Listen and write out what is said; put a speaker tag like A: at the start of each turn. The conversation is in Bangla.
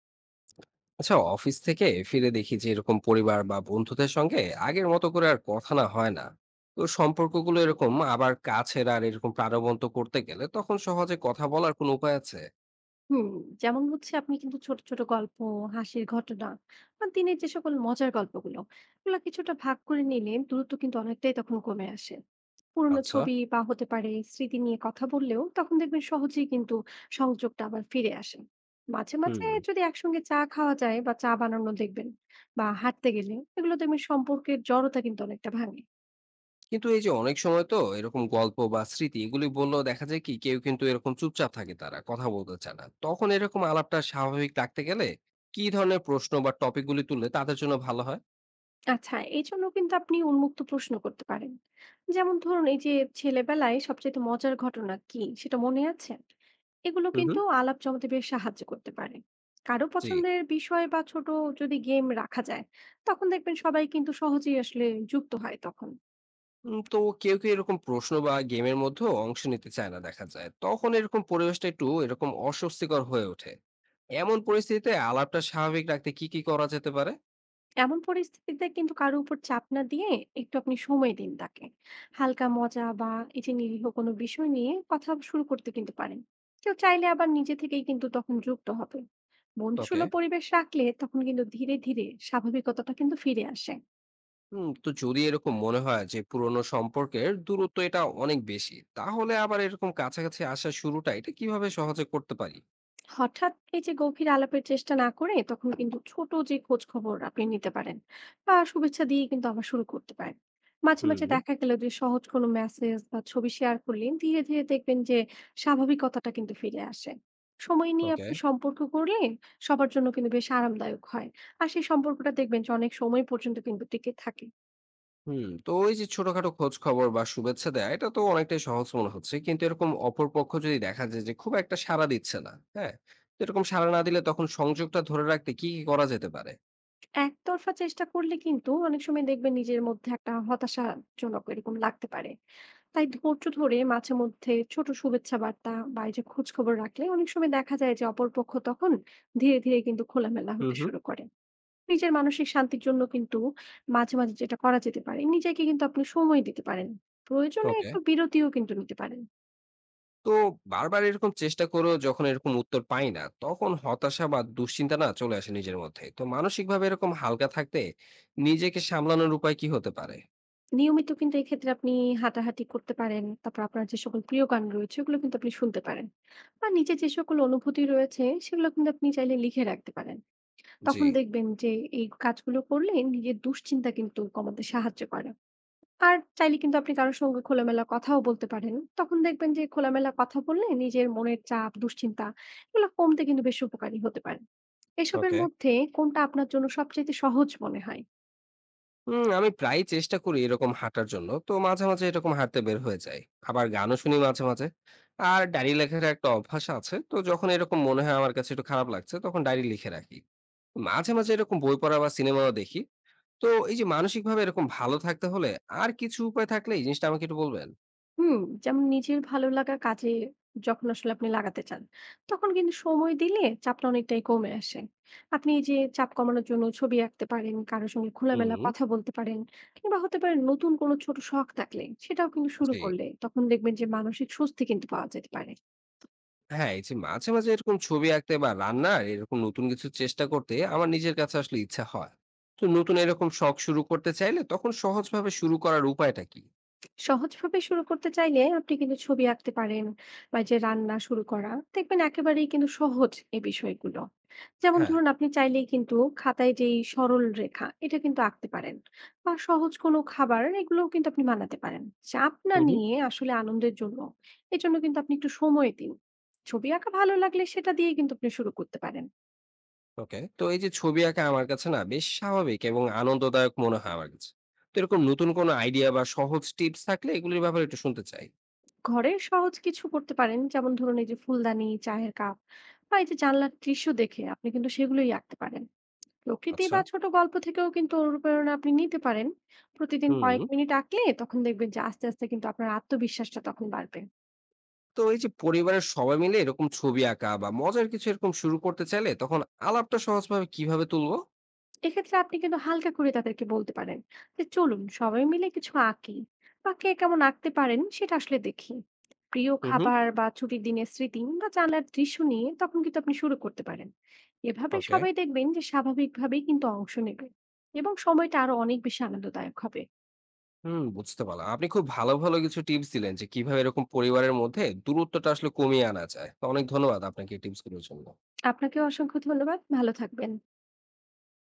A: আচ্ছা, অফিস থেকে ফিরে দেখি যে এরকম পরিবার বা বন্ধুদের সঙ্গে আগের মতো করে আর কথা না হয় না। তো সম্পর্কগুলো এরকম আবার কাছের আর এরকম প্রাণবন্ত করতে গেলে তখন সহজে কথা বলার কোনো উপায় আছে?
B: হুম, যেমন হচ্ছে আপনি কিন্তু ছোট, ছোট গল্প, হাসির ঘটনা বা দিনের যে সকল মজার গল্পগুলো, এগুলা কিছুটা ভাগ করে নিলে দূরত্ব কিন্তু অনেকটাই তখন কমে আসে। পুরোনো
A: আচ্ছা।
B: ছবি বা হতে পারে স্মৃতি নিয়ে কথা বললেও তখন দেখবেন সহজেই কিন্তু সংযোগটা আবার ফিরে আসে। মাঝে, মাঝে
A: হুম।
B: যদি একসঙ্গে চা খাওয়া যায় বা চা বানানো দেখবেন বা হাঁটতে গেলে এগুলো দেখবেন সম্পর্কের জড়তা কিন্তু অনেকটা ভাঙে।
A: কিন্তু এই যে অনেক সময় তো এরকম গল্প বা স্মৃতি এগুলি বললেও দেখা যায় কি কেউ কিন্তু এরকম চুপচাপ থাকে, তারা কথা বলতে চায় না, তখন এরকম আলাপটা স্বাভাবিক রাখতে গেলে কি ধরনের প্রশ্ন বা টপিকগুলি তুললে তাদের জন্য ভালো হয়?
B: আচ্ছা এই জন্য কিন্তু আপনি উন্মুক্ত প্রশ্ন করতে পারেন, যেমন ধরুন এই যে ছেলেবেলায় সবচেয়ে মজার ঘটনা কি সেটা মনে আছে। এগুলো
A: হুম
B: কিন্তু
A: হুম।
B: আলাপ জমাতে বেশ সাহায্য করতে পারে। কারো
A: জি।
B: পছন্দের বিষয় বা ছোট যদি গেম রাখা যায়, তখন দেখবেন সবাই কিন্তু সহজেই আসলে যুক্ত হয় তখন।
A: তো কেউ কেউ এরকম প্রশ্ন বা গেমের মধ্যে অংশ নিতে চায় না দেখা যায়, তখন এরকম পরিবেশটা একটু এরকম অস্বস্তিকর হয়ে ওঠে। এমন পরিস্থিতিতে আলাপটা স্বাভাবিক রাখতে কি কি করা যেতে পারে?
B: এমন পরিস্থিতিতে কিন্তু কারো উপর চাপ না দিয়ে একটু আপনি সময় দিন তাকে, হালকা মজা বা এই যে নিরীহ কোনো বিষয় নিয়ে কথা শুরু করতে কিন্তু পারেন। কেউ চাইলে আবার নিজে থেকেই কিন্তু তখন যুক্ত হবে। বন্ধুসুলভ
A: ওকে।
B: পরিবেশ রাখলে তখন কিন্তু ধীরে ধীরে স্বাভাবিকতাটা কিন্তু ফিরে আসে।
A: হুম, তো যদি এরকম মনে হয় যে পুরোনো সম্পর্কের দূরত্ব এটা অনেক বেশি, তাহলে আবার এরকম কাছাকাছি আসা শুরুটা এটা কিভাবে সহজে করতে পারি?
B: হঠাৎ এই যে গভীর আলাপের চেষ্টা না করে তখন কিন্তু ছোট যে খোঁজ খবর আপনি নিতে পারেন বা শুভেচ্ছা দিয়ে কিন্তু আবার শুরু করতে পারেন। মাঝে মাঝে
A: হুম।
B: দেখা গেল যে সহজ কোনো মেসেজ বা ছবি শেয়ার করলেন, ধীরে ধীরে দেখবেন যে স্বাভাবিকতাটা কিন্তু ফিরে আসে। সময় নিয়ে
A: ওকে।
B: আপনি সম্পর্ক করলে সবার জন্য কিন্তু বেশ আরামদায়ক হয়, আর সেই সম্পর্কটা দেখবেন যে অনেক সময় পর্যন্ত কিন্তু টিকে থাকে।
A: হুম, তো ওই যে ছোটখাটো খোঁজ খবর বা শুভেচ্ছা দেয়া এটা তো অনেকটাই সহজ মনে হচ্ছে, কিন্তু এরকম অপরপক্ষ যদি দেখা যায় যে খুব একটা সাড়া দিচ্ছে না, হ্যাঁ, তো এরকম সাড়া না দিলে তখন সংযোগটা ধরে রাখতে কি কি করা যেতে পারে?
B: একতরফা চেষ্টা করলে কিন্তু অনেক সময় দেখবেন নিজের মধ্যে একটা হতাশাজনক এরকম লাগতে পারে। তাই ধৈর্য ধরে মাঝে মধ্যে ছোট শুভেচ্ছা বার্তা বা এই যে খোঁজ খবর রাখলে অনেক সময় দেখা যায় যে অপরপক্ষ তখন ধীরে ধীরে কিন্তু খোলামেলা
A: হুম
B: হতে
A: হুম।
B: শুরু করে। নিজের মানসিক শান্তির জন্য কিন্তু মাঝে, মাঝে যেটা করা যেতে পারে নিজেকে কিন্তু আপনি সময় দিতে পারেন। প্রয়োজনে
A: ওকে।
B: একটু বিরতিও কিন্তু নিতে পারেন।
A: তো বারবার এরকম চেষ্টা করেও যখন এরকম উত্তর পাই না, তখন হতাশা বা দুশ্চিন্তা না চলে আসে নিজের মধ্যে, তো মানসিকভাবে এরকম হালকা থাকতে নিজেকে সামলানোর উপায় কি হতে পারে?
B: নিয়মিত কিন্তু এক্ষেত্রে আপনি হাঁটাহাঁটি করতে পারেন। তারপর আপনার যে সকল প্রিয় গান রয়েছে ওগুলো কিন্তু আপনি শুনতে পারেন। বা নিজের যে সকল অনুভূতি রয়েছে সেগুলো কিন্তু আপনি চাইলে লিখে রাখতে পারেন।
A: জি।
B: তখন দেখবেন যে এই কাজগুলো করলে নিজের দুশ্চিন্তা কিন্তু কমাতে সাহায্য করে। আর চাইলে কিন্তু আপনি কারো সঙ্গে খোলামেলা কথাও বলতে পারেন। তখন দেখবেন যে খোলামেলা কথা বললে নিজের মনের চাপ, দুশ্চিন্তা এগুলো কমতে কিন্তু বেশ উপকারী হতে পারে। এসবের
A: ওকে।
B: মধ্যে কোনটা আপনার জন্য সবচাইতে সহজ মনে হয়?
A: হুম, আমি প্রায়ই চেষ্টা করি এরকম হাঁটার জন্য। তো মাঝে, মাঝে এরকম হাঁটতে বের হয়ে যাই। আবার গানও শুনি মাঝে, মাঝে। আর ডায়রি লেখার একটা অভ্যাস আছে। তো যখন এরকম মনে হয় আমার কাছে একটু খারাপ লাগছে, তখন ডায়রি লিখে রাখি। মাঝে, মাঝে এরকম বই পড়া বা সিনেমাও দেখি। তো এই যে মানসিকভাবে এরকম ভালো থাকতে হলে আর কিছু উপায় থাকলে এই জিনিসটা আমাকে একটু বলবেন?
B: হুম, যেমন নিজের ভালো লাগা কাজে যখন আসলে আপনি লাগাতে চান, তখন কিন্তু সময় দিলে চাপটা অনেকটাই কমে আসে। আপনি এই যে চাপ কমানোর জন্য ছবি আঁকতে পারেন, কারো সঙ্গে খোলামেলা
A: হুম,
B: কথা বলতে পারেন, কিংবা হতে পারে নতুন কোনো ছোট শখ থাকলে সেটাও কিন্তু শুরু
A: জি।
B: করলে তখন দেখবেন যে মানসিক স্বস্তি কিন্তু পাওয়া যেতে পারে।
A: হ্যাঁ, এই যে মাঝে, মাঝে এরকম ছবি আঁকতে বা রান্নার এরকম নতুন কিছু চেষ্টা করতে আমার নিজের কাছে আসলে ইচ্ছা হয়। তো নতুন এরকম শখ শুরু করতে চাইলে তখন সহজভাবে শুরু করার উপায়টা কি?
B: সহজভাবে শুরু করতে চাইলে আপনি কিন্তু ছবি আঁকতে পারেন বা এই যে রান্না শুরু করা দেখবেন একেবারেই কিন্তু সহজ এই বিষয়গুলো। যেমন
A: হ্যাঁ,
B: ধরুন আপনি চাইলেই কিন্তু খাতায় যেই সরল রেখা এটা কিন্তু আঁকতে পারেন বা সহজ কোনো খাবার এগুলোও কিন্তু আপনি বানাতে পারেন, চাপ না
A: হুম, হুম।
B: নিয়ে আসলে আনন্দের জন্য। এর জন্য কিন্তু আপনি একটু সময় দিন। ছবি আঁকা ভালো লাগলে সেটা দিয়ে কিন্তু আপনি শুরু করতে পারেন।
A: ওকে। তো এই যে ছবি আঁকা আমার কাছে না বেশ স্বাভাবিক এবং আনন্দদায়ক মনে হয় আমার কাছে। তো এরকম নতুন কোনো আইডিয়া বা সহজ টিপস থাকলে এগুলির ব্যাপারে একটু শুনতে চাই।
B: ঘরে সহজ কিছু করতে পারেন, যেমন ধরুন এই যে ফুলদানি, চায়ের কাপ বা এই যে জানলার দৃশ্য দেখে আপনি কিন্তু সেগুলোই আঁকতে পারেন। প্রকৃতি
A: আচ্ছা।
B: বা ছোট গল্প থেকেও কিন্তু অনুপ্রেরণা আপনি নিতে পারেন। প্রতিদিন
A: হুম।
B: কয়েক মিনিট আঁকলে তখন দেখবেন যে আস্তে আস্তে কিন্তু আপনার আত্মবিশ্বাসটা তখন বাড়বে।
A: তো এই যে পরিবারের সবাই মিলে এরকম ছবি আঁকা বা মজার কিছু এরকম শুরু করতে চাইলে তখন আলাপটা সহজভাবে কিভাবে তুলবো?
B: এক্ষেত্রে আপনি কিন্তু হালকা করে তাদেরকে বলতে পারেন যে চলুন সবাই মিলে কিছু আঁকি, বা কে কেমন আঁকতে পারেন সেটা আসলে দেখি। প্রিয়
A: হুম, হুম।
B: খাবার বা ছুটির দিনের স্মৃতি বা জানলার দৃশ্য নিয়ে তখন কিন্তু আপনি শুরু করতে পারেন। এভাবে
A: ওকে।
B: সবাই দেখবেন যে স্বাভাবিকভাবেই কিন্তু অংশ নেবে এবং সময়টা আরো অনেক বেশি আনন্দদায়ক হবে।
A: হুম, বুঝতে পারলাম। আপনি খুব ভালো, ভালো কিছু টিপস দিলেন যে কিভাবে এরকম পরিবারের মধ্যে দূরত্বটা আসলে কমিয়ে আনা যায়। তো অনেক ধন্যবাদ আপনাকে এই টিপস গুলোর জন্য।
B: আপনাকেও অসংখ্য ধন্যবাদ, ভালো থাকবেন।